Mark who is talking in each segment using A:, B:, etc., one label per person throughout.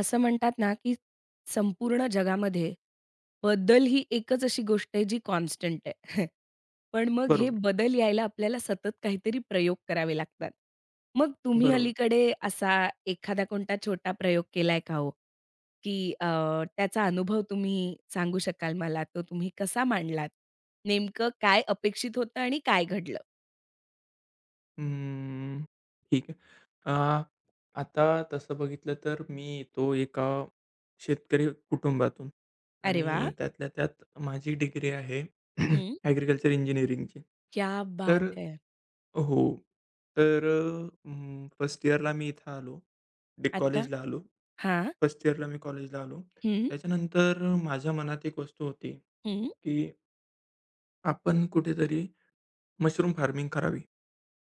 A: असं म्हणतात ना, की संपूर्ण जगामध्ये बदल ही एकच अशी गोष्ट आहे जी कॉन्स्टंट आहे. पण मग हे
B: बरोबर,
A: बदल यायला आपल्याला सतत काहीतरी प्रयोग करावे लागतात. मग तुम्ही
B: बरोबर.
A: अलीकडे असा एखादा कोणता छोटा प्रयोग केलाय का हो? की त्याचा अनुभव तुम्ही सांगू शकाल मला? तो तुम्ही कसा मांडलात? नेमकं काय अपेक्षित होतं आणि काय घडलं?
B: अं, ठीक आहे. अ, आता तसं बघितलं तर मी तो एका शेतकरी कुटुंबातून
A: अरे वाह!
B: आणि त्यातल्या त्यात माझी डिग्री आहे
A: हं.
B: ॲग्रीकल्चर इंजिनिअरिंगची.
A: क्या बात
B: तर
A: है!
B: हो, तर फर्स्ट इयरला मी इथं आलो, डे
A: अच्छा.
B: कॉलेजला आलो.
A: हां.
B: फर्स्ट इयरला मी कॉलेजला आलो.
A: हं.
B: त्याच्यानंतर माझ्या मनात एक वस्तू होती,
A: हं.
B: की आपण कुठेतरी मशरूम फार्मिंग करावी.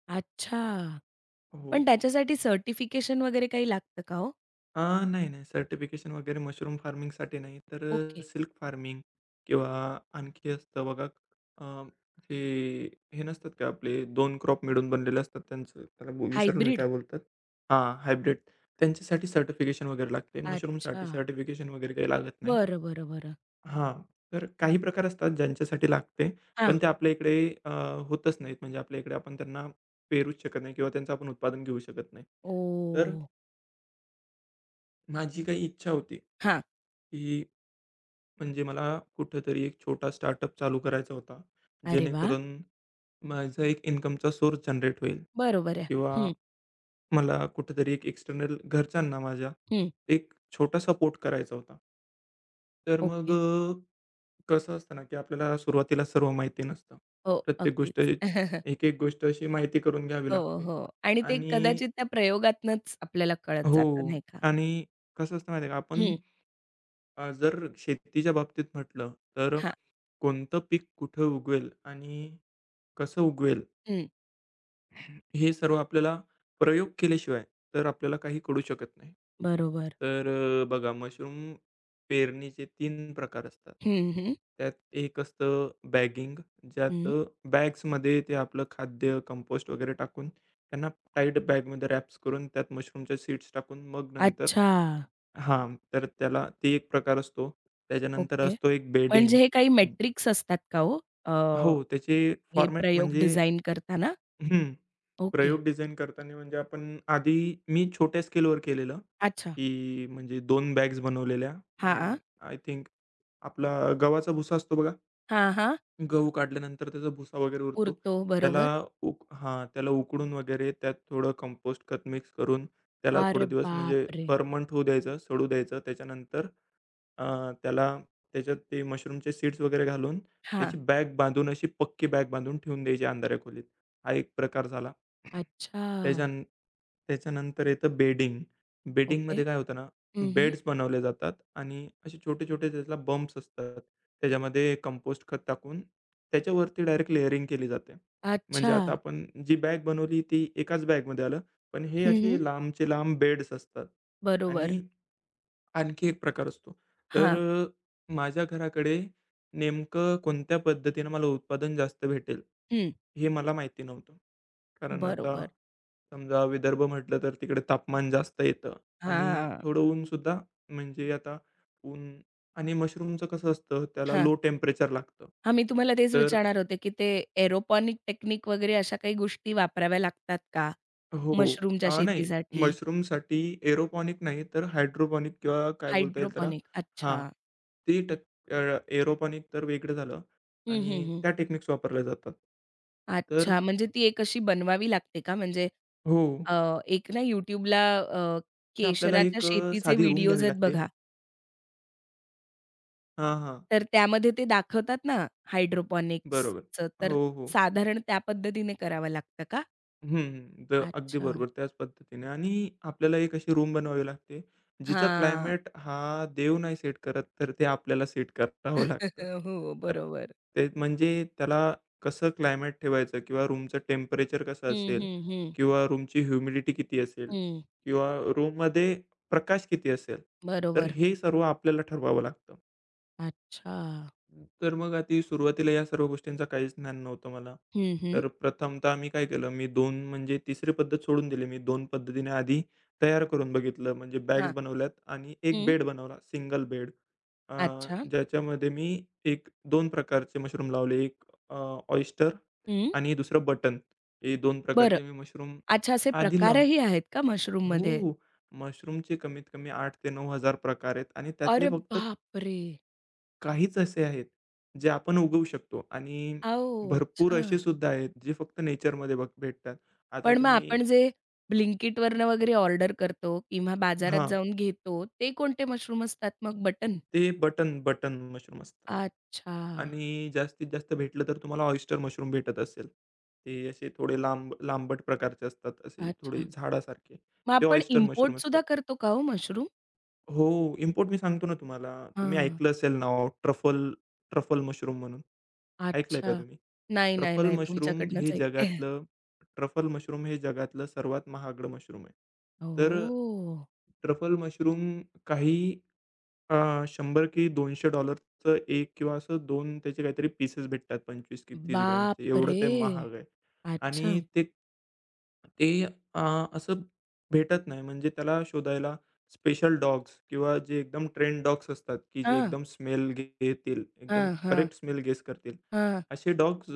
A: अच्छा.
B: हो.
A: पण त्याच्यासाठी सर्टिफिकेशन वगैरे काही लागतं का हो?
B: अ, नाही, नाही. सर्टिफिकेशन वगैरे मशरूम फार्मिंगसाठी नाही. तर
A: ओके.
B: सिल्क फार्मिंग किंवा आणखी असतं बघा, अ, हे हे नसतात का आपले 2 क्रॉप मिळून बनलेले असतात त्यांचं त्याला ब विसरलो मी
A: हायब्रिड?
B: काय बोलतात? हां, हायब्रिड. त्यांच्यासाठी सर्टिफिकेशन वगैरे लागते.
A: अच्छा.
B: मशरूमसाठी सर्टिफिकेशन वगैरे काही लागत नाही.
A: बरं, बरं, बरं.
B: हां, तर काही प्रकार असतात ज्यांच्यासाठी लागते.
A: हां.
B: पण ते आपल्या इकडे अ, होतच नाहीत. म्हणजे आपल्या इकडे आपण त्यांना पेरूच शकत नाही किंवा त्यांचं आपण उत्पादन घेऊ शकत नाही.
A: ओ,
B: तर माझी काही इच्छा होती,
A: हां.
B: की म्हणजे मला कुठेतरी एक छोटा स्टार्टअप चालू करायचा होता.
A: अरे वाह!
B: जेणेकरून माझा एक इन्कमचा सोर्स जनरेट होईल
A: बरोबर आहे.
B: किंवा
A: हं,
B: मला कुठेतरी एक एक्सटर्नल घरच्यांना माझ्या
A: हं.
B: एक छोटा सपोर्ट करायचा होता. तर मग
A: ओके.
B: कसं असतं ना, की आपल्याला सुरुवातीला सर्व माहिती नसतं.
A: हो,
B: प्रत्येक गोष्ट
A: अगदीच.
B: एक-एक गोष्ट अशी माहिती करून घ्यावी
A: हो,
B: लागते.
A: हो. आणि ते
B: आणि
A: कदाचित त्या प्रयोगातनंच आपल्याला कळत
B: हो,
A: जातं नाही का?
B: आणि कसं असतं माहिती आहे का आपण?
A: हं.
B: जर शेतीच्या बाबतीत म्हटलं तर
A: हां.
B: कोणतं पीक कुठं उगवेल आणि कसं उगवेल,
A: हं.
B: हे सर्व आपल्याला प्रयोग केल्याशिवाय तर आपल्याला काही कळू शकत नाही.
A: बरोबर.
B: तर बघा, मशरूम पेरणीचे तीन प्रकार असतात.
A: हं, हं.
B: त्यात एक असतं बॅगिंग, ज्यात
A: हं.
B: बॅग्समध्ये ते आपलं खाद्य, कंपोस्ट वगैरे टाकून त्यांना टाईट बॅगमध्ये रॅप्स करून त्यात मशरूमच्या सीड्स टाकून मग नंतर
A: अच्छा.
B: हां, तर त्याला ते एक प्रकार असतो. त्याच्यानंतर
A: ओके.
B: असतो एक बेडिंग.
A: म्हणजे हे काही मेट्रिक्स असतात का हो? अ,
B: हो, त्याचे
A: हे
B: फॉर्मॅट
A: प्रयोग
B: म्हणजे
A: डिझाइन करताना?
B: हं.
A: ओके.
B: प्रयोग डिझाईन करताना म्हणजे आपण आधी मी छोट्या स्केलवर केलेलं,
A: अच्छा.
B: की म्हणजे 2 बॅग्स बनवलेल्या.
A: हां.
B: अं, आय थिंक आपला गव्हाचा भुसा असतो बघा,
A: हां, हां.
B: गहू काढल्यानंतर त्याचा भुसा वगैरे उरतो.
A: उरतो.
B: त्याला
A: बरोबर.
B: उक हां, त्याला उकडून वगैरे त्यात थोडं कंपोस्ट खत मिक्स करून त्याला
A: अरे
B: थोडे दिवस म्हणजे
A: बापरे!
B: फर्मंट होऊ द्यायचं, सडू द्यायचं. त्याच्यानंतर अ, त्याला त्याच्यात ते मशरूमचे सीड्स वगैरे घालून
A: हां.
B: त्याची बॅग बांधून अशी पक्की बॅग बांधून ठेवून द्यायची अंधाऱ्या खोलीत. हा एक प्रकार झाला.
A: अच्छा.
B: त्याच्यान त्याच्यानंतर येतं बेडिंग.
A: ओके.
B: बेडिंगमध्ये काय होतं ना,
A: हं, हं.
B: बेड्स बनवले जातात आणि असे छोटे-छोटे त्याला बंप्स असतात. त्याच्यामध्ये कंपोस्ट खत टाकून त्याच्यावरती डायरेक्ट लेयरिंग केली जाते.
A: अच्छा.
B: म्हणजे आता आपण जी बॅग बनवली ती एकाच बॅगमध्ये आलं, पण हे
A: हं, हं.
B: असे लांबचे लांब बेड्स असतात.
A: बरोबर.
B: आणि आणखी एक प्रकार असतो. तर
A: हां.
B: अ, माझ्या घराकडे नेमकं कोणत्या पद्धतीनं मला उत्पादन जास्त भेटेल?
A: हं.
B: हे मला माहिती नव्हतं. कारण आता
A: बरोबर.
B: समजा विदर्भ म्हटलं तर तिकडे तापमान जास्त येतं आणि
A: हां.
B: थोडं ऊनसुद्धा म्हणजे आता ऊन आणि मशरूमचं कसं असतं, त्याला
A: हां.
B: लो टेम्परेचर लागतं.
A: हां, मी तुम्हाला तेच
B: तर
A: विचारणार होते, की ते एरोपॉनिक टेक्निक वगैरे अशा काही गोष्टी वापराव्या लागतात का?
B: हो.
A: मशरूमच्या
B: नाही,
A: शेतीसाठी?
B: मशरूमसाठी एरोपॉनिक नाही तर हायड्रोपॉनिक किंवा काय बोलता येईल त्याला.
A: हायड्रोपॉनिक.
B: हां,
A: अच्छा.
B: ते टक एरोपॉनिक तर वेगळं झालं
A: हं, हं,
B: आणि
A: हं.
B: त्या टेक्निक्स वापरल्या जातात. तर
A: अच्छा, म्हणजे ती एक अशी बनवावी लागते का? म्हणजे
B: हो,
A: अ, एक ना YouTubeला
B: ते आपल्याला
A: केशराच्या
B: एक
A: शेतीचे
B: साधी रूम
A: व्हिडिओज
B: घ्यावी
A: आहेत
B: लागते.
A: बघा,
B: हां, हां.
A: तर त्यामध्ये ते दाखवतात ना
B: बरोबर.
A: हायड्रोपॉनिक्सचं, तर
B: हो, हो.
A: साधारण त्या पद्धतीने करावं लागतं का?
B: हं, हं. अगदी
A: अच्छा.
B: बरोबर, त्याच पद्धतीने. आणि आपल्याला एक अशी रूम बनवावी लागते, जिचा
A: हां.
B: क्लायमेट हा देव नाही सेट करत, तर ते आपल्याला सेट करावं लागतं.
A: हो,
B: तर
A: बरोबर.
B: ते म्हणजे त्याला कसं क्लायमेट ठेवायचं किंवा रूमचं टेम्परेचर कसं
A: हं,
B: असेल
A: हं, हं.
B: किंवा रूमची ह्युमिडिटी किती असेल
A: हं.
B: किंवा रूममध्ये प्रकाश किती असेल, तर
A: बरोबर.
B: हे सर्व आपल्याला ठरवावं लागतं.
A: अच्छा.
B: तर मग आधी सुरुवातीला या सर्व गोष्टींचा काहीच ज्ञान नव्हतं मला.
A: हं, हं.
B: तर प्रथमतः मी काय केलं, मी दोन म्हणजे तिसरी पद्धत सोडून दिली. मी दोन पद्धतीने आधी तयार करून बघितलं. म्हणजे
A: हां.
B: बॅग्स बनवल्यात आणि एक
A: हं.
B: बेड बनवला, सिंगल बेड.
A: अच्छा.
B: ज्याच्यामध्ये मी 2 प्रकारचे मशरूम लावले. एक अ,
A: हं.
B: आणि दुसरं बटन. हे 2
A: बरं.
B: प्रकारचे मी मशरूम
A: अच्छा, असे
B: आधी लाव
A: प्रकारही आहेत का
B: हो.
A: मशरूममध्ये?
B: मशरूमचे कमीत कमी 8 ते 9,000 प्रकार आहेत आणि त्यातले
A: अरे
B: फक्त
A: बापरे!
B: काहीच असे आहेत, जे आपण उगवू शकतो आणि
A: आओ!
B: भरपूर
A: अच्छा.
B: असे सुद्धा आहेत, जे फक्त नेचरमध्ये भेटतात. आता
A: पण मग
B: तुम्ही
A: आपण जे Blinkitवरनं वगैरे ऑर्डर करतो किंवा बाजारात
B: हां,
A: जाऊन घेतो, ते कोणते मशरूम असतात मग बटन?
B: ते बटन, बटन मशरूम असतात
A: अच्छा,
B: आणि जास्तीत जास्त भेटलं तर तुम्हाला ऑयस्टर मशरूम भेटत असेल. ते असे थोडे लांब लांबट प्रकारचे असतात, असे थोडे
A: अच्छा.
B: झाडासारखे.
A: मग
B: ते
A: आपण
B: ऑयस्टर मशरूम
A: इम्पोर्ट सुद्धा
B: असतात.
A: करतो का हो मशरूम?
B: हो, इम्पोर्ट मी सांगतो ना तुम्हाला. तुम्ही
A: हां.
B: ऐकलं असेल नाव ट्रफल, ट्रफल मशरूम म्हणून. ऐकलंय
A: अच्छा.
B: का तुम्ही?
A: नाही, नाही,
B: ट्रफल
A: नाही.
B: मशरूम
A: तुमच्याकडनंच
B: हे
A: ऐकते.
B: जगातलं ट्रफल मशरूम हे जगातलं सर्वात महागडं मशरूम आहे. तर
A: ओह!
B: ट्रफल मशरूम काही 100 की $200चं एक किंवा असं 2 त्याचे काहीतरी पीसेस भेटतात 25 की 30 ग्रॅमचे. एवढं
A: बापरे!
B: ते महाग आहे.
A: अच्छा.
B: आणि ते ते अ, असं भेटत नाही. म्हणजे त्याला शोधायला स्पेशल डॉग्स किंवा जे एकदम ट्रेन्ड डॉग्स असतात, की जे
A: हां,
B: एकदम स्मेल घेतील, एकदम
A: हां, हां,
B: करेक्ट स्मेल गेस करतील.
A: हां.
B: असे डॉग्स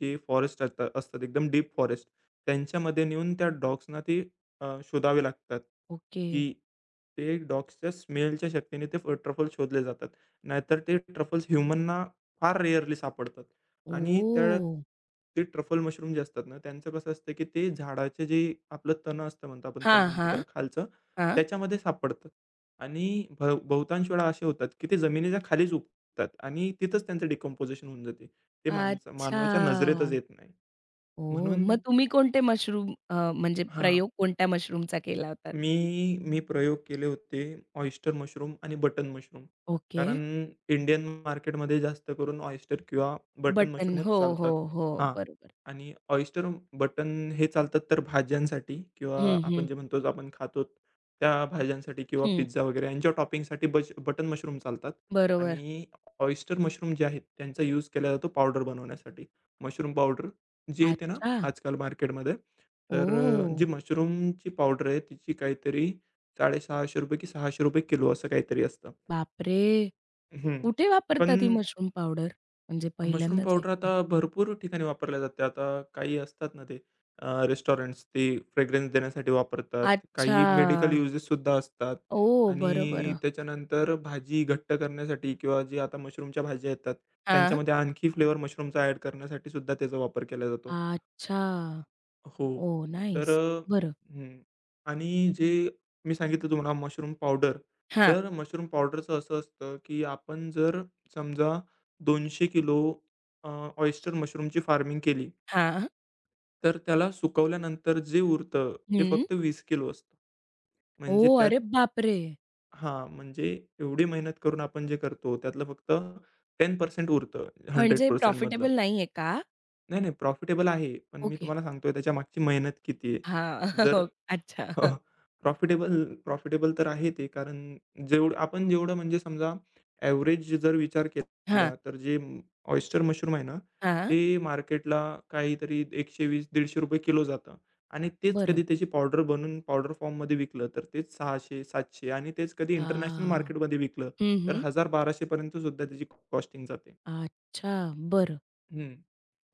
B: जे फॉरेस्ट असतात असतात एकदम डीप फॉरेस्ट, त्यांच्यामध्ये नेऊन त्या डॉग्सना ती शोधावे लागतात,
A: ओके.
B: की ते डॉग्सच्या स्मेलच्या शक्तीने ते ट्रफल शोधले जातात. नाहीतर ते ट्रफल्स ह्युमनना फार रेअरली सापडतात आणि
A: ओह!
B: ते ट्रफल मशरूम जे असतात ना, त्यांचं कसं असतं, की ते झाडाचे जे आपलं तण असतं म्हणतो, आपण
A: हां,
B: तण म्हणतो
A: हां,
B: त्याला खालचं,
A: हां.
B: त्याच्यामध्ये सापडतात आणि बहुतांश वेळा असे होतात, की ते जमिनीच्या खालीच उगतात आणि तिथंच त्यांचं डिकम्पोझिशन होऊन जाते. ते मानवाच्या नजरेतच
A: अच्छा.
B: येत नाही.
A: ओह!
B: म्हणून
A: मग तुम्ही कोणते मशरूम म्हणजे
B: हां.
A: प्रयोग कोणत्या मशरूमचा केला होता?
B: मी मी प्रयोग केले होते ऑयस्टर मशरूम आणि बटन मशरूम.
A: ओके.
B: कारण इंडियन मार्केटमध्ये जास्त करून ऑयस्टर किंवा बटन
A: बटन. हो,
B: मशरूमच
A: हो,
B: चालतात.
A: हो.
B: हां.
A: बरोबर.
B: आणि ऑयस्टर, बटन हे चालतात तर भाज्यांसाठी किंवा
A: हं,
B: आपण
A: हं.
B: जे म्हणतो जे आपण खातो त्या भाज्यांसाठी किंवा
A: हं.
B: पिझ्झा वगैरे यांच्या टॉपिंगसाठी बटन मशरूम चालतात.
A: बरोबर.
B: आणि ऑयस्टर मशरूम जे आहेत त्यांचा यूज केला जातो पावडर बनवण्यासाठी. मशरूम पावडर जी येते ना
A: अच्छा.
B: आजकाल मार्केटमध्ये, तर जी
A: ओह!
B: मशरूमची पावडर आहे तिची काहीतरी ₹650 की ₹600 किलो असं काहीतरी असतं.
A: बापरे!
B: हं.
A: कुठे
B: पण
A: वापरतात ही मशरूम पावडर? म्हणजे
B: मशरूम
A: पहिल्यांदाच
B: पावडर
A: ऐकते.
B: आता भरपूर ठिकाणी वापरल्या जाते. आता काही असतात ना ते रेस्टॉरंट्स ते फ्रेग्रन्स देण्यासाठी वापरतात.
A: अच्छा.
B: काही मेडिकल युजेस सुद्धा असतात
A: ओह! बरं,
B: आणि
A: बरं.
B: त्याच्यानंतर भाजी घट्ट करण्यासाठी किंवा जी आता मशरूमच्या भाज्या येतात
A: हां.
B: त्यांच्यामध्ये आणखी फ्लेवर मशरूमचा ॲड करण्यासाठी सुद्धा त्याचा वापर केला जातो.
A: अच्छा.
B: हो.
A: ओह!
B: तर
A: नाईस. बरं.
B: हं. आणि जे मी सांगितलं तुम्हाला मशरूम पावडर,
A: हां.
B: तर मशरूम पावडरचं असं असतं, की आपण जर समजा 200 किलो अ, ऑयस्टर मशरूमची फार्मिंग केली,
A: हां.
B: तर त्याला सुकवल्यानंतर जे उरतं ते
A: हं.
B: फक्त 20 किलो असतं. म्हणजे
A: ओह!
B: त्यात
A: अरे बापरे!
B: हां, म्हणजे एवढी मेहनत करून आपण जे करतो त्यातलं फक्त 10% उरतं
A: म्हणजे
B: 100% मधलं.
A: प्रॉफिटेबल नाहीये का?
B: नाही, नाही प्रॉफिटेबल आहे. पण मी
A: ओके.
B: तुम्हाला सांगतोय त्याच्या मागची मेहनत किती आहे.
A: हां.
B: जर
A: हो.
B: हो.
A: अच्छा.
B: प्रॉफिटेबल प्रॉफिटेबल तर आहे ते. कारण जेवढं म्हणजे समजा एव्हरेज जर विचार
A: हां.
B: केला, तर जे ऑयस्टर मशरूम आहे ना,
A: हां.
B: ते मार्केटला काहीतरी ₹120-150 किलो जातं आणि तेच
A: बरं.
B: कधी त्याची पावडर बनवून पावडर फॉर्ममध्ये विकलं, तर तेच 600-700 आणि तेच कधी इंटरनॅशनल
A: आ,
B: मार्केटमध्ये विकलं,
A: हं,
B: तर
A: हं.
B: 1000-1200 सुद्धा त्याची कॉस्टिंग जाते.
A: अच्छा. बरं.
B: हं.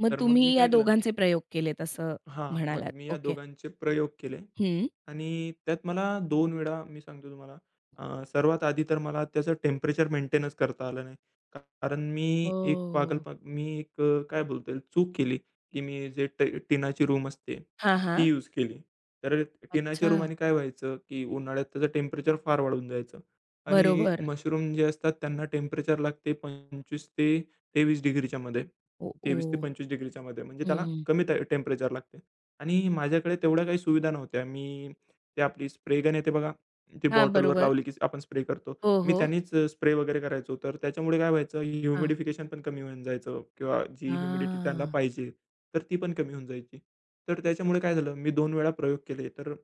A: मग
B: तर मग
A: तुम्ही
B: मी
A: या
B: काय केलं ना,
A: दोघांचे प्रयोग केलेत असं
B: हां, मग
A: म्हणालात.
B: मी या
A: ओके.
B: दोघांचे प्रयोग केले
A: हं.
B: आणि त्यात मला दोन वेळा मी सांगतो तुम्हाला, सर्वात आधी तर मला त्याचं टेम्परेचर मेंटेनच करता आलं नाही. कारण मी एक
A: ओह!
B: पागल मी एक काय बोलता येईल चूक केली, की मी जे ट टिनाची रूम असते,
A: हां,
B: ती
A: हां.
B: यूज केली. तर टिनाच्या
A: अच्छा.
B: रूमाने काय व्हायचं, की उन्हाळ्यात त्याचं टेम्परेचर फार वाढून जायचं आणि
A: बरोबर.
B: मशरूम जे असतात त्यांना टेम्परेचर लागते 25 ते 23 डिग्रीच्या मध्ये.
A: ओ, ओ.
B: 23 ते 25 डिग्रीच्या मध्ये म्हणजे त्याला
A: हं.
B: कमी टेम्परेचर लागते आणि माझ्याकडे तेवढ्या काही सुविधा नव्हत्या. मी ते आपली स्प्रे गन येते बघा, ती
A: हां,
B: बॉटलवर
A: बरोबर.
B: लावली की आपण स्प्रे करतो.
A: हो,
B: मी
A: हो.
B: त्यानीच स्प्रे वगैरे करायचो. तर त्याच्यामुळे काय व्हायचं,
A: हां.
B: ह्युमिडिफिकेशन पण कमी होऊन जायचं किंवा जी ह्युमिडिटी त्यांना
A: हां.
B: पाहिजे, तर ती पण कमी होऊन जायची. तर त्याच्यामुळे काय झालं, मी 2 वेळा प्रयोग केले. तर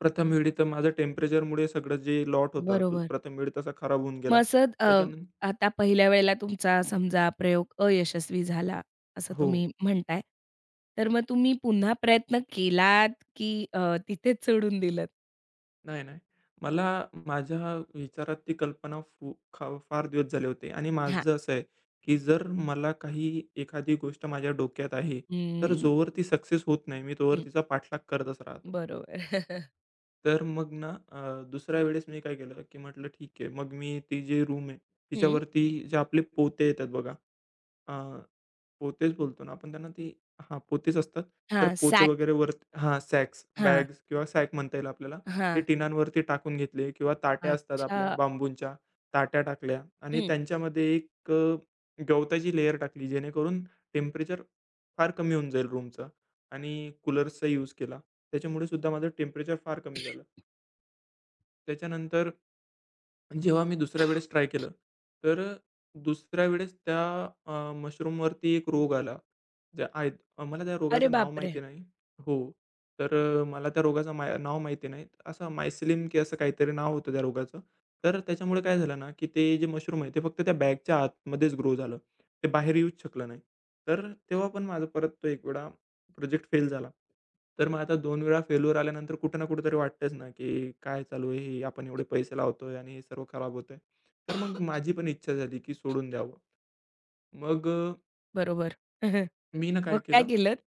B: प्रथम वेळी तर माझं टेम्परेचरमुळे सगळं जे लॉट होता, तो
A: बरोबर.
B: प्रथम वेळी तसा खराब होऊन
A: मग
B: गेला.
A: असं
B: त्याच्यानं
A: आता पहिल्या वेळेला तुमचा समजा प्रयोग अयशस्वी झाला, असं
B: हो.
A: तुम्ही म्हणताय. तर मग तुम्ही पुन्हा प्रयत्न केलात, की तिथेच सोडून दिलत?
B: नाही, नाही. मला माझ्या विचारात ती कल्पना फू खा फार दिवस झाले होते आणि
A: हां.
B: माझं असं आहे, की जर मला काही एखादी गोष्ट माझ्या डोक्यात आहे, तर
A: हं,
B: जोवर ती सक्सेस होत नाही, मी तोवर
A: हं.
B: तिचा पाठलाग करतच राहतो.
A: बरोबर.
B: तर मग ना दुसऱ्या वेळेस मी काय केलं, की म्हटलं ठीक आहे. मग मी ती जी रूम आहे,
A: हं.
B: तिच्यावरती जे आपले पोते येतात बघा, अ, पोतेच बोलतो ना आपण त्यांना ते हां, पोतेच असतात. तर
A: हां,
B: पोते
A: सॅक.
B: वगैरे वर हां, सॅक्स,
A: हां,
B: बॅग्स किंवा सॅक म्हणता येईल आपल्याला. ते
A: हां.
B: टिनांवरती टाकून घेतले किंवा ताट्या असतात
A: अच्छा.
B: आपल्या बांबूंच्या, ताट्या टाकल्या आणि
A: हं.
B: त्यांच्यामध्ये एक गवताची लेयर टाकली, जेणेकरून टेम्परेचर फार कमी होऊन जाईल रूमचं, आणि कूलर्सचा यूज केला. त्याच्यामुळे सुद्धा माझं टेम्परेचर फार कमी झालं. त्याच्यानंतर, आणि जेव्हा मी दुसऱ्या वेळेस ट्राय केलं, तर दुसऱ्या वेळेस त्या मशरूमवरती एक रोग आला. जे आहेत मला त्या
A: अरे
B: रोगाचं नाव
A: बापरे!
B: माहिती नाही. हो. तर मला त्या रोगाचं नाव माहिती नाही. असं मायसिलिम की असं काहीतरी नाव होतं त्या रोगाचं. तर त्याच्यामुळे काय झालं ना, की ते जे मशरूम आहे, ते फक्त त्या बॅगच्या आतमध्येच ग्रो झालं. ते बाहेर येऊच शकलं नाही. तर तेव्हा पण माझं परत तो एक वेळा प्रोजेक्ट फेल झाला. तर मग आता 2 वेळा फेल्युअर आल्यानंतर कुठे ना कुठेतरी वाटतंच ना, की काय चालू आहे हे? आपण एवढे पैसे लावतोय आणि हे सर्व खराब होतंय. तर मग माझी पण इच्छा झाली, की सोडून द्यावं. मग
A: बरोबर.
B: मी ना काय
A: मग काय
B: केलं,
A: केलत?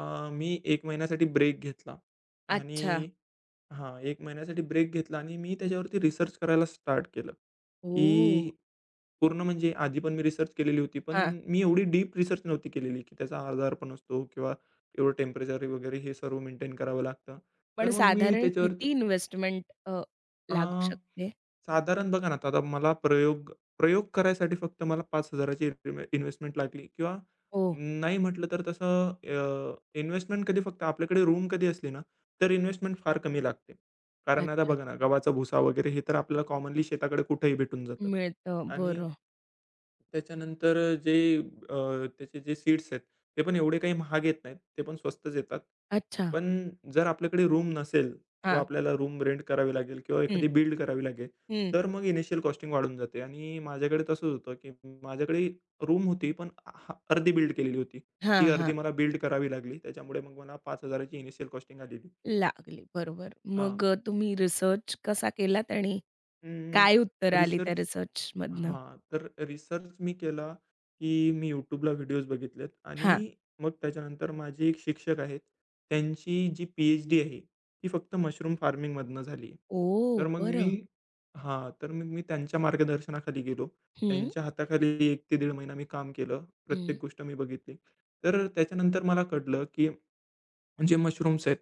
B: मी एक महिन्यासाठी ब्रेक घेतला आणि
A: अच्छा.
B: हां, 1 महिन्यासाठी ब्रेक घेतला आणि मी त्याच्यावरती रिसर्च करायला स्टार्ट केलं,
A: ओह!
B: की पूर्ण म्हणजे आधी पण मी रिसर्च केलेली होती, पण
A: हां.
B: मी एवढी डीप रिसर्च नव्हती केलेली, की त्याचा आजारपण असतो किंवा एवढं टेम्परेचर वगैरे हे सर्व मेंटेन करावं लागतं.
A: पण
B: तर मग मी
A: साधारण
B: त्याच्यावरती
A: किती इन्व्हेस्टमेंट
B: अ,
A: लागू शकते?
B: साधारण बघा ना, आता मला प्रयोग प्रयोग करायसाठी फक्त मला 5,000 ची इन्व्हेस्टमेंट लागली किंवा
A: ओह!
B: नाही म्हटलं तर तसं इन्व्हेस्टमेंट, कधी फक्त आपल्याकडे रूम कधी असली ना, तर इन्व्हेस्टमेंट फार कमी लागते. कारण आता
A: अच्छा.
B: बघा ना, गव्हाचा भुसा वगैरे हे तर आपल्याला कॉमनली शेताकडे कुठेही भेटून जातं.
A: मिळतं.
B: आणि
A: बरं.
B: त्याच्यानंतर जे अ, त्याचे जे सीट्स आहेत, ते पण एवढे काही महाग येत नाहीत. ते पण स्वस्तच येतात.
A: अच्छा.
B: पण जर आपल्याकडे रूम नसेल किंवा
A: हां.
B: आपल्याला रूम रेंट करावी लागेल किंवा
A: हं,
B: एखादी बिल्ड करावी लागेल,
A: हं.
B: तर मग इनिशियल कॉस्टिंग वाढून जाते आणि माझ्याकडे तसंच होतं, की माझ्याकडे रूम होती, पण हां, अर्धी बिल्ड केलेली होती. ती
A: हां, हां.
B: अर्धी मला बिल्ड करावी लागली. त्याच्यामुळे मग मला 5,000 ची इनिशियल कॉस्टिंग आलेली.
A: लागली. बरोबर.
B: हां.
A: मग तुम्ही रिसर्च कसा केलात आणि काय उत्तरं आली त्या
B: रिसर्च
A: रिसर्चमधनं?
B: हां, तर रिसर्च मी केला, की मी YouTubeला व्हिडिओज बघितलेत आणि
A: हां.
B: मग त्याच्यानंतर माझे एक शिक्षक आहेत. त्यांची जी पी-एच-डी आहे, ती फक्त मशरूम फार्मिंगमधनं झाली आहे. तर
A: ओह!
B: मग मी
A: बरं.
B: हां, तर मग मी त्यांच्या मार्गदर्शनाखाली गेलो.
A: हं.
B: त्यांच्या हाताखाली 1 ते दीड महिना मी काम केलं.
A: हं.
B: प्रत्येक गोष्ट मी बघितली. तर त्याच्यानंतर मला कळलं, की जे मशरूम्स आहेत,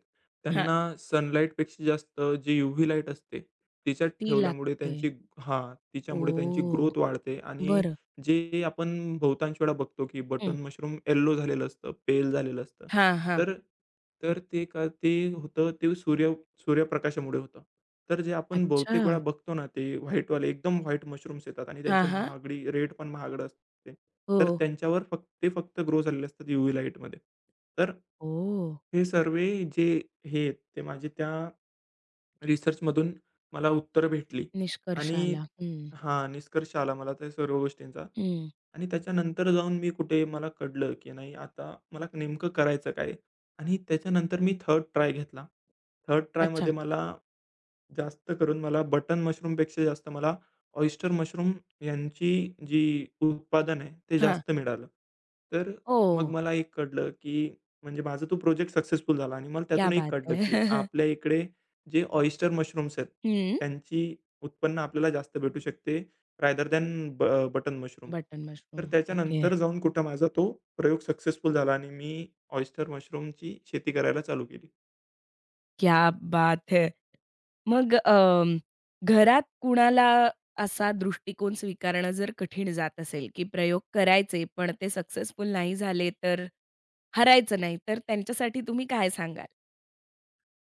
A: हां.
B: त्यांना सनलाईटपेक्षा जास्त जी यूव्ही लाईट असते, तिच्यात
A: ती
B: ठेवल्यामुळे
A: लागते.
B: त्यांची हां, तिच्यामुळे त्यांची
A: ओ,
B: ग्रोथ वाढते आणि
A: बरं.
B: जे आपण बहुतांश वेळा बघतो, की
A: हं.
B: बटन मशरूम येलो झालेलं असतं, पेल झालेलं असतं.
A: हां, हां.
B: तर तर ते का, ते होतं ते सूर्य सूर्यप्रकाशामुळे होतं. तर जे आपण
A: अच्छा.
B: बहुतेक वेळा बघतो ना, ते व्हाईटवाले एकदम व्हाईट मशरूम्स येतात आणि
A: हां,
B: त्यांची
A: हां.
B: महागडी रेट पण महागडं असते.
A: हो.
B: तर त्यांच्यावर फक्त ग्रो झालेले असतात यूव्ही लाईटमध्ये. तर
A: ओह!
B: हे सर्व जे हे आहेत, ते माझे त्या रिसर्चमधून मला उत्तरं भेटली
A: निष्कर्ष
B: आणि
A: आला. हं.
B: हां, निष्कर्ष आला मला त्या सर्व गोष्टींचा.
A: हं.
B: आणि त्याच्यानंतर जाऊन मी कुठे मला कळलं, की नाही आता मला नेमकं करायचं काय? आणि त्याच्यानंतर मी थर्ड ट्राय घेतला. थर्ड
A: अच्छा.
B: ट्रायमध्ये मला जास्त करून मला बटन मशरूमपेक्षा जास्त मला ऑयस्टर मशरूम यांची जी उत्पादन आहे, ते
A: हां.
B: जास्त मिळालं. तर
A: ओह!
B: मग मला एक कळलं, की म्हणजे माझा तो प्रोजेक्ट सक्सेसफुल झाला आणि मला
A: क्या
B: त्यातून एक
A: बात
B: कळलं,
A: है!
B: की आपल्या इकडे जे ऑयस्टर मशरूम्स आहेत,
A: हं.
B: त्यांची उत्पन्न आपल्याला जास्त भेटू शकते रादर दॅन ब बटन मशरूम.
A: Button mushroom.
B: तर
A: ओके.
B: त्याच्यानंतर जाऊन कुठं माझा तो प्रयोग सक्सेसफुल झाला आणि मी ऑयस्टर मशरूमची शेती करायला चालू केली.
A: क्या बात है! मग अं, घरात कुणाला असा दृष्टिकोन स्वीकारणं जर कठीण जात असेल, की प्रयोग करायचे पण ते सक्सेसफुल नाही झाले तर हरायचं नाही, तर त्यांच्यासाठी तुम्ही काय सांगाल?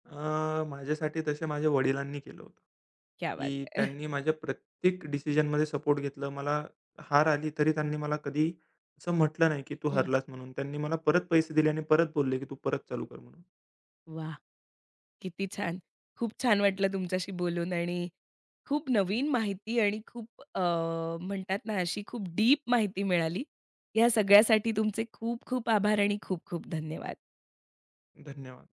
B: माझ्यासाठी तसे माझ्या वडिलांनी केलं होतं,
A: क्या बात
B: की
A: है!
B: त्यांनी माझ्या प्रत्येक डिसिजनमध्ये सपोर्ट घेतलं. मला हार आली तरी त्यांनी मला कधी असं म्हटलं नाही, की "तू
A: हं.
B: हरलास" म्हणून. त्यांनी मला परत पैसे दिले आणि परत बोलले, की "तू परत चालू कर" म्हणून.
A: वाह! किती छान. खूप छान वाटलं तुमच्याशी बोलून आणि खूप नवीन माहिती आणि खूप म्हणतात ना अशी खूप डीप माहिती मिळाली. या सगळ्यासाठी तुमचे खूप खूप आभार आणि खूप खूप धन्यवाद.
B: धन्यवाद.